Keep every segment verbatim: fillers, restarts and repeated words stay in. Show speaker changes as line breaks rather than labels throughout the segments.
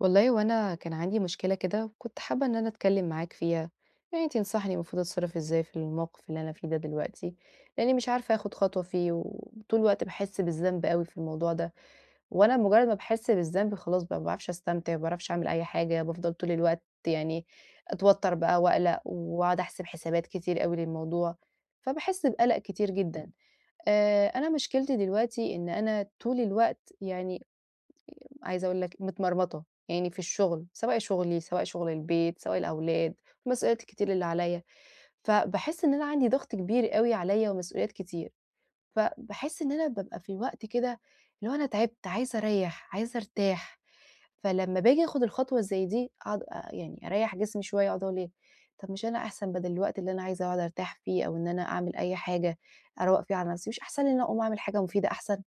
والله هو أنا كان عندي مشكلة كده وكنت حابة إن أنا أتكلم معاك فيها، يعني تنصحني المفروض أتصرف إزاي في الموقف اللي أنا فيه ده دلوقتي، لإني مش عارفة آخد خطوة فيه وطول الوقت باحس بالذنب أوي في الموضوع ده، وأنا مجرد ما باحس بالذنب خلاص بقى ما باعرفش أستمتع، ما باعرفش أعمل أي حاجة، بافضل طول الوقت يعني أتوتر بقى وأقلق وأقعد أحسب حسابات كتير أوي للموضوع، فباحس بقلق كتير جدًا. آآ أنا مشكلتي دلوقتي إن أنا طول الوقت يعني عايزة أقول لك متمرمطة، يعني في الشغل، سواء شغلي، سواء شغل البيت، سواء الأولاد، المسؤوليات الكتير اللي عليَّ، فباحس إن أنا عندي ضغط كبير أوي عليَّ ومسؤوليات كتير، فباحس إن أنا بابقى في وقت كده اللي هو أنا تعبت، عايزة أريّح، عايزة أرتاح، فلمّا باجي آخد الخطوة زي دي أقعد أ يعني أريّح جسمي شوية أقعد أقول إيه، طب مش أنا أحسن بدل الوقت اللي أنا عايزة أقعد أرتاح فيه أو إن أنا أعمل أي حاجة أروّق فيها على نفسي، مش أحسن لي إن أنا أقوم أعمل حاجة مفيدة أحسن؟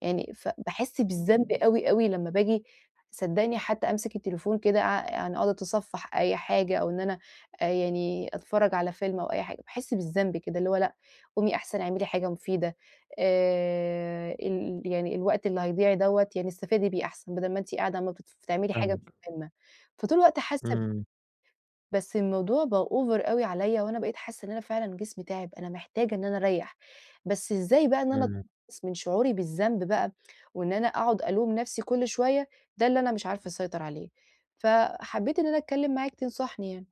يعني فباحس بالذنب أوي، أوي لمّا باجي صدّقني حتى أمسك التليفون كده أع يعني أقعد أتصفّح أي حاجة أو إن أنا آآ يعني أتفرّج على فيلم أو أي حاجة، باحس بالذنب كده اللي هو لأ، قومي أحسن اعملي حاجة مفيدة آآ ال يعني الوقت اللي هيضيع دوّة يعني استفادي بيه أحسن بدل ما أنتِ قاعدة عمّالة بت بتعملي حاجة
فاهمِك.
مش مهمة، فطول الوقت حاسة
إمم.
بس الموضوع بقى over أوي عليَّ، وأنا بقيت حاسة إن أنا فعلًا جسمي تاعب، أنا محتاجة إن أنا أريّح، بس إزاي بقى إن أنا
إمم.
أتخلّص من شعوري بالذنب بقى، وإن أنا أقعد ألوم نفسي كل شوية، ده اللي أنا مش عارفة أسيطر عليه. فحبيت إن أنا أتكلم معاك تنصحني يعني.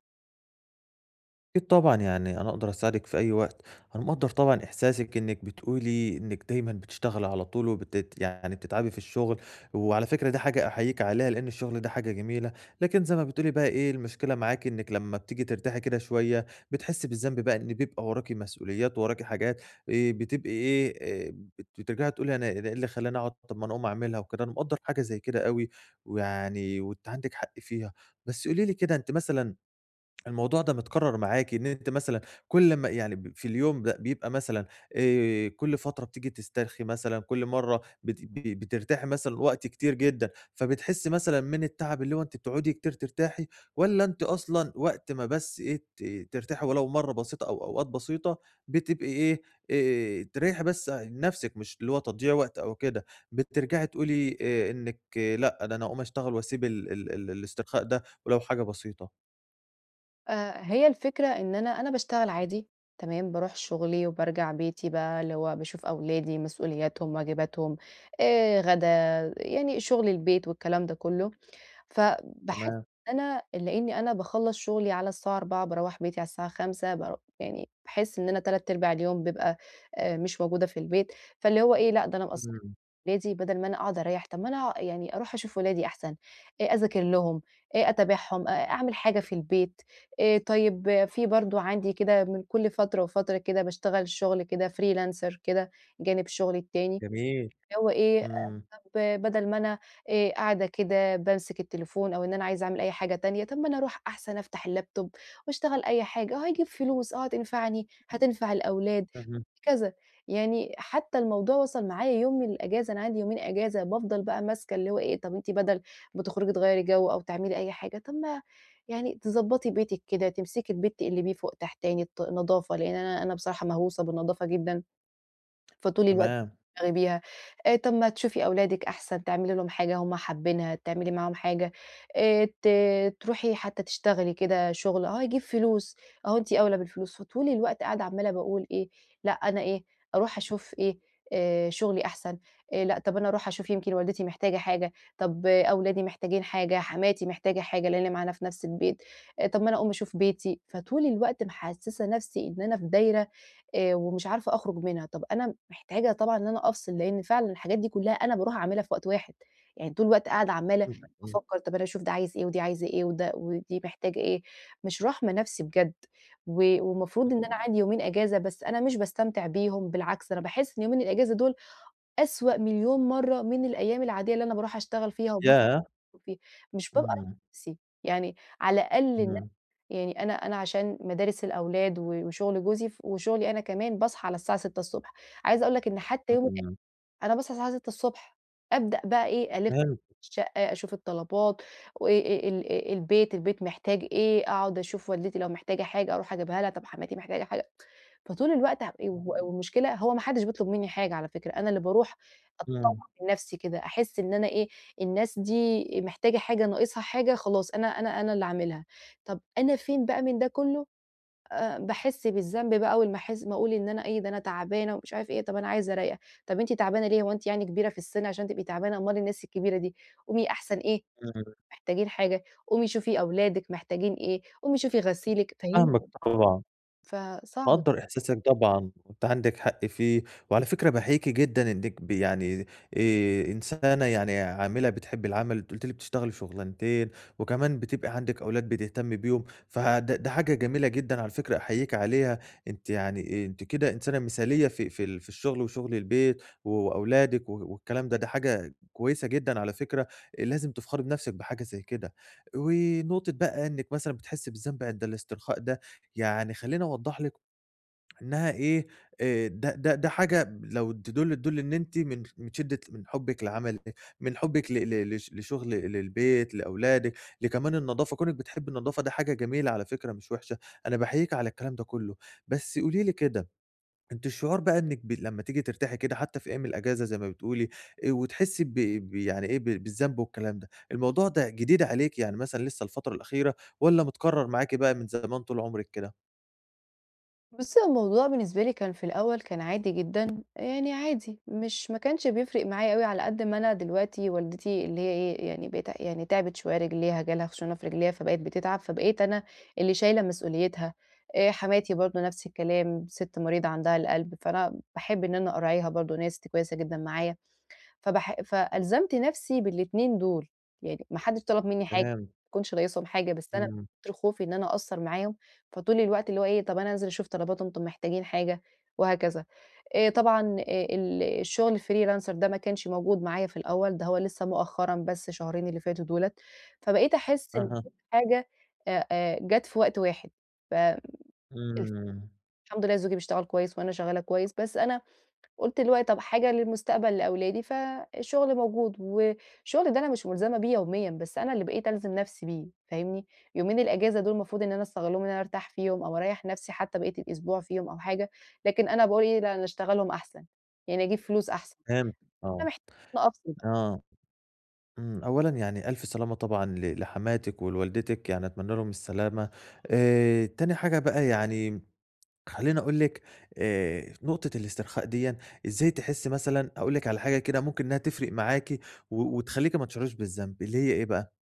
أكيد طبعًا، يعني أنا أقدر أساعدِك في أي وقت. أنا مقدّر طبعًا إحساسِك إنِّك بتقولي إنِّك دايمًا بتشتغلي على طول وبتت يعني بتتعبي في الشغل، وعلى فكرة دي حاجة أحييكِ عليها لإن الشغل ده حاجة جميلة. لكن زي ما بتقولي بقى إيه، المشكلة معاكِ إنِّك لمّا بتيجي ترتاحي كده شوية بتحسّي بالذنب بقى إن بيبقى وراكِ مسؤوليات، وراكِ حاجات، آآ بتبقي إيه، آآ بت بترجعي تقولي أنا أنا إيه اللي خلّاني أقعد، طَب ما أنا أقوم أعملها وكده، أنا مقدّر حاجة زي كده أوي، ويعني وأنتِ عندِك حق فيها. بس قولي لي كده أنتِ مثلًا الموضوع ده متكرر معاكِ، إن أنتِ مثلًا كل أمّا يعني ب في اليوم ده بيبقى مثلًا، آآ، كل فترة بتيجي تسترخي مثلًا، كل مرّة بت ب بترتاحي مثلًا وقت كتير جدًا، فبتحسي مثلًا من التعب اللي هو أنتِ بتقعدي كتير ترتاحي، والّا أنتِ أصلًا وقت ما بس إيه ت ترتاحي ولو مرّة بسيطة أو أوقات بسيطة، بتبقي إيه، آآ، تريحي بس نفسِك مش اللي هو تضييع وقت أو كده، بترجعي تقولي آآ، إنِّك إيه لأ، ده أنا هاقوم أشتغل وأسيب ال ال ال الاسترخاء ده ولو حاجة بسيطة؟
آآ، هي الفكرة إن أنا أنا باشتغل عادي، تمام، باروح شغلي وبارجع بيتي بقى اللي هو باشوف أولادي، مسؤولياتهم، واجباتهم، آآ، غدا، يعني شغل البيت والكلام ده كله. فباحس
تمام.
إن أنا لإني أنا باخلّص شغلي على الساعة أربعة باروّح بيتي على الساعة خمسة بار يعني باحس إن أنا تلات أرباع اليوم بابقى آآ مش موجودة في البيت، فاللي هو إيه لأ ده أنا مقصّرة في
إمم.
ولادي بدل ما أنا أقعد أريّح، طب ما أنا يعني أروح أشوف ولادي أحسن، آآ أذاكر لهم، آآ أتابعهم، أ أعمل حاجة في البيت، آآ طيب آه، في برضه عندي كده من كل فترة وفترة كده باشتغل شغل كده freelancer كده جانب شغلي التاني.
جميل.
اللي هو إيه، آآ
إمم.
طب بدل ما أنا آآ قاعدة كده بامسك التليفون أو إن أنا عايزة أعمل أي حاجة تانية، طب ما أنا أروح أحسن أفتح اللابتوب وأشتغل أي حاجة، هاجيب فلوس، آه هتنفعني، هتنفع الأولاد،
اهم.
كذا. يعني حتى الموضوع وصل معايا يوم من الأجازة، أنا عندي يومين أجازة، بافضل بقى ماسكة اللي هو إيه، طب أنتِ بدل ما تخرجي تغيّري جو أو تعملي أي حاجة، طب ما يعني تضبّطي بيتِك كده، تمسكي البيت تقلبيه فوق تحتاني، الط نضافة، لإن أنا أنا بصراحة مهووسة بالنضافة جدًا. فطول الوقت
تمام.
بتشتغلي بيها. آآ طب ما تشوفي أولادِك أحسن، تعملي لهم حاجة هُم حابينها، تعملي معاهم حاجة، آآ ت تروحي حتى تشتغلي كده شغل، آه يجيب فلوس، أهو أنتِ أولى بالفلوس. فطول الوقت قاعدة عمّالة باقول إيه، لأ أنا إيه، أروح أشوف إيه، آآ شغلي أحسن، آآ لأ طب أنا أروح أشوف يمكن والدتي محتاجة حاجة، طب آه، أولادي محتاجين حاجة، حماتي محتاجة حاجة لإن معانا في نفس البيت، آآ طب ما أنا أقوم أشوف بيتي. فطول الوقت محسّسة نفسي إن أنا في دايرة آآ ومش عارفة أخرج منها، طَب أنا محتاجة طبعًا إن أنا أفصل، لإن فعلًا الحاجات دي كلّها أنا باروح أعملها في وقت واحد، يعني طول الوقت قاعدة عمّالة إمم.
فهمتك. إمم.
بافكّر طَب أنا أشوف ده عايز إيه، ودي عايزة إيه، وده ودي محتاجة إيه، مش راحمة نَفْسي بجد، و والمفروض إن
إمم.
أنا عندي يومين إجازة، بس أنا مش باستمتع بيهم، بالعكس أنا باحس إن يومين الإجازة دول أسوأ مليون مرّة من الأيام العادية اللي أنا باروح أشتغل فيها وبافصل
ياه!
فيها، مش بابقى راحمة
إمم.
نَفْسي، يعني على الأقل
إمم.
يعني أنا أنا عشان مدارس الأولاد و وشغل جوزي ف وشغلي أنا كمان باصحى على الساعة ستة ص. عايزة أقول لك إن حتى يوم
إمم.
أنا باصحى الساعة السادسة الصبح، أبدأ بقى إيه، ألِف
فهمت.
الشقة، أشوف الطلبات وآآ ال آآ البيت، البيت محتاج إيه، أقعد أشوف والدتي لو محتاجة حاجة أروح أجيبها لها، طب حماتي محتاجة حاجة، فطول الوقت ه إيه، و والمشكلة هو ما حدش بيطلب مني حاجة على فكرة، أنا اللي باروح أتطوع
إمم.
من نفسي كده، أحس إن أنا إيه، الناس دي محتاجة حاجة، ناقصها حاجة، خلاص أنا أنا أنا اللي أعملها. طب أنا فين بقى من ده كله؟ آآ باحس بالذنب بقى أول ما أحس ما أقول إن أنا إيه، ده أنا تعبانة ومش عارف إيه، طب أنا عايزة أريّح، طب أنتِ تعبانة ليه، هو أنتِ يعني كبيرة في السِن عشان تبقي تعبانة، أمّال الناس الكبيرة دي، قومي أحسن إيه،
إمم.
محتاجين حاجة، قومي شوفي أولادِك محتاجين إيه، قومي شوفي غسيلِك،
فاهمك
فاهم؟
طبعًا.
فصعب
مقدّر إحساسِك طبعًا، وأنتِ عندِك حق فيه، وعلى فكرة باحييكِ جدًا إنِّك ب يعني آآ إنسانة يعني عاملة بتحبّي العمل، أنتِ قُلتِ لي بتشتغلي شُغلانتين، وكمان بتبقى عندِك أولاد بتهتمّي بيهم، فده ده حاجة جميلة جدًا على فكرة أحييكِ عليها. أنتِ يعني إيه، أنتِ كده إنسانة مثالية في في ال في الشغل وشغل البيت و وأولادِك و والكلام ده، ده حاجة كويسة جدًا على فكرة، إيه، لازم تفخري بنَفْسِك بحاجة زي كده. ونقطة بقى إنِّك مثلًا بتحسّي بالذنب عند الاسترخاء ده، يعني خلّيني أوضّح لِك إنها إيه، آآ ده ده ده حاجة لو تدُل تدُل إن أنتِ من من شدة من حُبِّك لعملِك، من حُبِّك ل ل لش لشغل للبيت، لأولادِك، لكمان النضافة، كونِك بتحبّي النضافة ده حاجة جميلة على فكرة مش وِحشة، أنا باحييكِ على الكلام ده كُلّه. بس قولي لي كده، أنتِ الشعور بقى إنِّك ب لمّا تيجي ترتاحي كده حتّى في أيام الأجازة زي ما بتقولي، آآ وتحسّي ب ب يعني إيه، ب بالذنب والكلام ده، الموضوع ده جديد عليكِ، يعني مثلًا لسّه الفترة الأخيرة والّا متكرّر معاكِ بقى من زمان طول عمرِك كده؟
بُصّي، هو الموضوع بالنسبة لي كان في الأول كان عادي جدًا، يعني عادي مش ما كانش بيفرق معايا أوي على قد ما أنا دلوقتي والدتي اللي هي إيه، يعني بقيت يعني تعبت شوية رجليها، جه لها خشونة في رجليها فبقت بتتعب، فبقيت أنا اللي شايلة مسؤوليتها. آآ، حماتي برضه نفس الكلام، سِت مريضة عندها القلب، فأنا باحب إن أنا أراعيها برضه إن هي سِت كويسة جدًا معايا. فبح فألزمت نفسي بالاتنين دول، يعني ما حدش طلب منّي حاجة،
فهمت.
ما كنتش رئيسهم حاجة، بس أنا من
إمم.
كتر خوفي إن أنا أقصّر معاهم، فطول الوقت اللي هو إيه، طَب أنا أنزل أشوف طلباتهم، طَب محتاجين حاجة وهكذا. آآ طبعًا آآ ال الشغل الfreelancer ده ما كانش موجود معايا في الأول، ده هو لسه مؤخرًا بس شهرين اللي فاتوا دُولة، فبقيت أحس إن
أها.
كل حاجة آآ آآ جات في وقت واحد، ف
إمم.
الحمد لله زوجي بيشتغل كويس وأنا شغّالة كويس، بس أنا قُلت اللي هو طب حاجة للمستقبل لأولادي، فالشغل موجود، والشغل ده أنا مش ملزمة بيه يوميًا، بس أنا اللي بقيت ألزم نفسي بيه، فاهمني؟ يومين الأجازة دول المفروض إن أنا أستغلهم إن أنا أرتاح فيهم أو أريّح نفسي حتى بقية الأسبوع فيهم أو حاجة، لكن أنا باقول إيه، لأ أنا أشتغلهم أحسن، يعني أجيب فلوس أحسن،
فهمتِك.
أنا
آه.
محتاجة إن أنا أفصل.
آه. إمم. أولًا يعني ألْف سلامة طبعًا ل لحماتِك ولوالدتِك، يعني أتمنى لهم السلامة. آآ، تاني حاجة بقى يعني خلّيني أقول لِك، آآ، نقطة الاسترخاء ديًّا إزاي تحسّي مثلًا أقول لِك على حاجة كده ممكن إنها تفرق معاكِ و وتخلّيكِ ما تشعريش بالذنب، اللي هي إيه بقى؟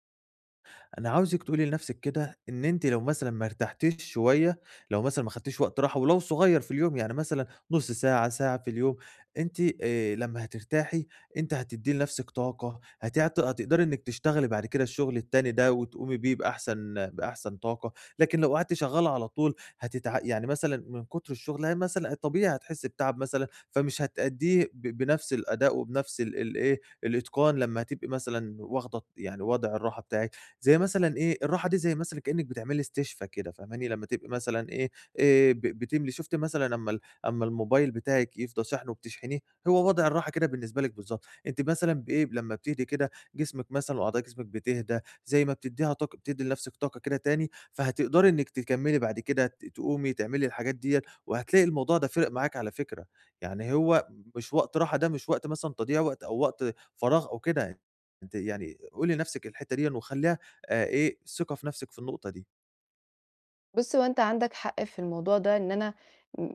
أنا عاوزِك تقولي لنفسِك كده إن أنتِ لو مثلًا ما ارتحتيش شوية، لو مثلًا ما خدتيش وقت راحة ولو صغير في اليوم، يعني مثلًا نُص ساعة، ساعة في اليوم، أنتِ آآ لمّا هترتاحي أنتِ هتدّي لنفسِك طاقة، هتعت هتقدري إنِّك تشتغلي بعد كده الشغل التاني ده وتقومي بيه بأحسن بأحسن طاقة، لكن لو قعدتِ شغّالة على طول هتتع يعني مثلًا من كتر الشغل ه مثلًا طبيعي هتحسّي بتعب مثلًا، فمش هتأدّيه ب بنفس الأداء وبنفس ال الإيه، الإتقان لمّا هتبقي مثلًا واخدة يعني وضع الراحة بتاعِك. زي مثلًا إيه، الراحة دي زي مثلًا كإنِّك بتعملي استشفا كده فاهماني، لمّا تبقي مثلًا إيه، آآ ب بتملي شُفتِ مثلًا أمّا ال أمّا الموبايل بتاعِك يفضى شاحنه وبتشحنيه، هو وضع الراحة كده بالنسبة لِك بالضبط، أنتِ مثلًا بإيه، لمّا بتهدي كده جسمِك مثلًا وأعضاء جسمِك بتهدى، زي ما بتدّيها طاقة بتدّي لنَفْسِك طاقة كده تاني، فهتقدري إنِّك تكمّلي بعد كده ت تقومي تعملي الحاجات ديّة، وهتلاقي الموضوع ده فِرِق معاكِ على فكرة، يعني هو مش وقت راحة، ده مش وقت مثلًا تضييع وقت أو وقت فراغ أو كده، أنتِ يعني قولي لنَفْسِك الحتّة ديًّا وخلّيها آآ إيه، ثقة في نَفْسِك في النقطة دي.
بُص، هو أنت عندك حق في الموضوع ده، إن أنا م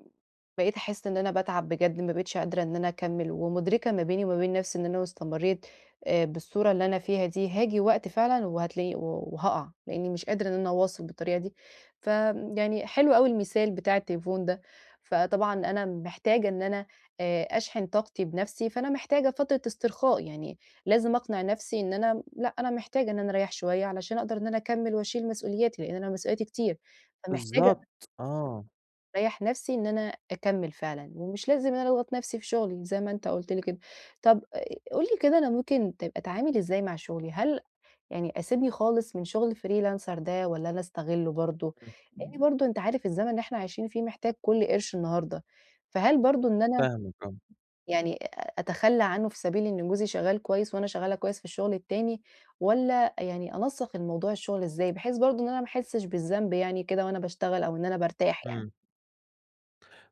بقيت أحس إن أنا باتعب بجد، ما بقيتش قادرة إن أنا أكمّل، ومدركة ما بيني وما بين نفسي إن أنا لو استمريت آآ بالصورة اللي أنا فيها دي، هاجي وقت فعلًا وهتلاقيني و وهاقع، لإني مش قادرة إن أنا أواصل بالطريقة دي. فيعني حلو أوي المثال بتاع التليفون ده، فطبعًا أنا محتاجة إن أنا آآ أشحن طاقتي بنفسي، فأنا محتاجة فترة استرخاء، يعني لازم أقنع نفسي إن أنا لأ، أنا محتاجة إن أنا أريّح شوية علشان أقدر إن أنا أكمّل وأشيل مسؤولياتي، لإن أنا مسؤولياتي كتير. فمحتاجة
بالضبط. آه.
أريّح نفسي إن أنا أكمّل فعلًا، ومش لازم إن أنا أضغط نفسي في شغلي زي ما أنت قُلت لي كده. طب آآ قُل لي كده أنا ممكن تبقى أتعامل إزاي مع شغلي؟ هل يعني أسيبني خالص من شغل الfreelancer ده والّا أنا أستغلّه برضه؟
إمم.
لإن برضه أنت عارف الزمن اللي إحنا عايشين فيه محتاج كل قرش النهارده، فهل برضه إن أنا
فاهمك. آه.
يعني أ أتخلّى عنه في سبيل إن جوزي شغّال كويس وأنا شغّالة كويس في الشغل التاني والّا يعني أنسّق الموضوع الشغل إزاي بحيث برضه إن أنا ما أحسّش بالذنب يعني كده وأنا باشتغل أو إن أنا بارتاح يعني؟
إمم.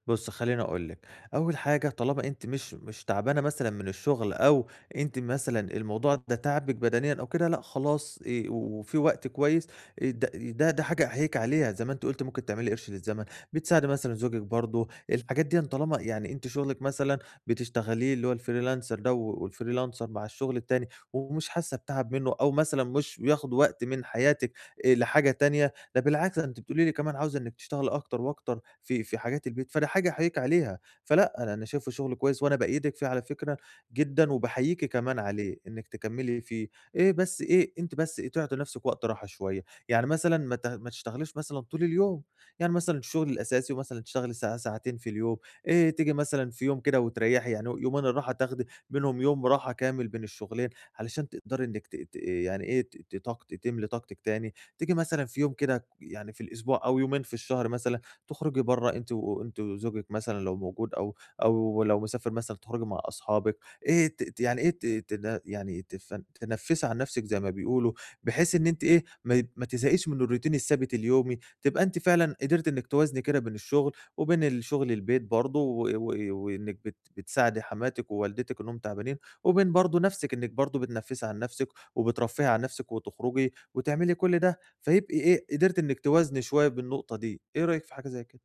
بُصّي، خلّيني أقول لِك، أول حاجة طالما أنتِ مش مش تعبانة مثلًا من الشغل أو أنتِ مثلًا الموضوع ده تاعبِك بدنيًا أو كده، لأ خلاص، آآ، وفي وقت كويس، آآ، د ده ده حاجة أحييكِ عليها، زي ما أنتِ قُلتِ ممكن تعملي قرش للزمن، بتساعدي مثلًا زوجِك برضه، الحاجات ديًا طالما يعني أنتِ شغلِك مثلًا بتشتغليه اللي هو الfreelancer ده والfreelancer مع الشغل التاني، ومش حاسة بتعب منه أو مثلًا مش بياخد وقت من حياتِك آآ، لحاجة تانية، ده بالعكس أنتِ بتقولي لي كمان عاوزة إنِّك تشتغلي أكتر وأكتر في في حاجات البيت، فده حاجة أحييكِ عليها، فلأ أنا أنا شايفه شغل كويس وأنا بأيدِك فيه على فكرة جدًا، وباحييكِ كمان عليه إنِّك تكمّلي فيه، إيه بس إيه أنتِ بس إيه تعطي نفسِك وقت راحة شوية، يعني مثلًا ما ت ما تشتغليش مثلًا طول اليوم، يعني مثلًا الشغل الأساسي ومثلًا تشتغلي ساعة ساعتين في اليوم، آآ، تيجي مثلًا في يوم كده وتريّحي، يعني يومين الراحة تاخدي منهم يوم راحة كامل بين الشغلين، علشان تقدري إنِّك ت ت يعني إيه ت ت طاقت تملي طاقتِك تاني. تيجي مثلًا في يوم كده يعني في الأسبوع أو يومين في الشهر مثلًا، تخرجي برّه أنتِ وأنتِ وزوجِك مثلًا لو موجود أو أو لو مسافر مثلًا تخرجي مع أصحابِك، إيه ت ت يعني إيه ت تن يعني تفن تنفّسي عن نفسِك زي ما بيقولوا، بحيث إن أنتِ إيه، ما ما تزهقيش من الروتين الثابت اليومي، تبقى أنتِ فعلًا قدرتِ إنِّك توازني كده بين الشغل وبين الشغل البيت برضه و و وإنِّك بت بتساعدي حماتِك ووالدتِك إنّهم تعبانين، وبين برضه نفسِك إنِّك برضه بتنفّسي عن نفسِك وبترفّهي عن نفسِك وتخرجي وتعملي كل ده. فيبقي إيه، قدرتِ إنِّك توازني شوية بالنقطة دي، إيه رأيِك في حاجة زي كده؟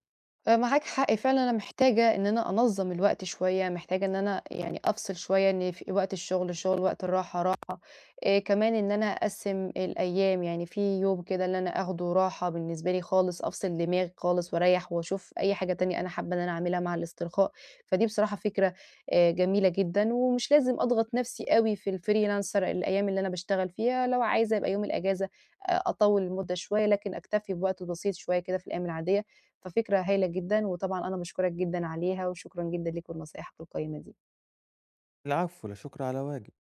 آآ معاك حق فعلًا أنا محتاجة إن أنا أنظّم الوقت شوية، محتاجة إن أنا يعني أفصل شوية إن في وقت الشغل شغل، وقت الراحة راحة. آآ كمان إن أنا أقسّم الأيام، يعني في يوم كده اللي أنا آخده راحة بالنسبة لي خالص، أفصل دماغي خالص وأريّح وأشوف أي حاجة تانية أنا حابة إن أنا أعملها مع الاسترخاء، فدي بصراحة فكرة آآ جميلة جدًا، ومش لازم أضغط نَفْسي أوي في الfreelancer الأيام اللي أنا باشتغل فيها، لو عايزة يبقى يوم الأجازة أ أطوّل المدة شوية، لكن أكتفي بوقت بسيط شوية كده في الأيام العادية، ففكرة هايلة جدًا، وطبعًا أنا باشكرك جدًا عليها، وشكرًا جدًا ليك ولنصايحك القيّمة دي.
العفو، لا شكر على واجب.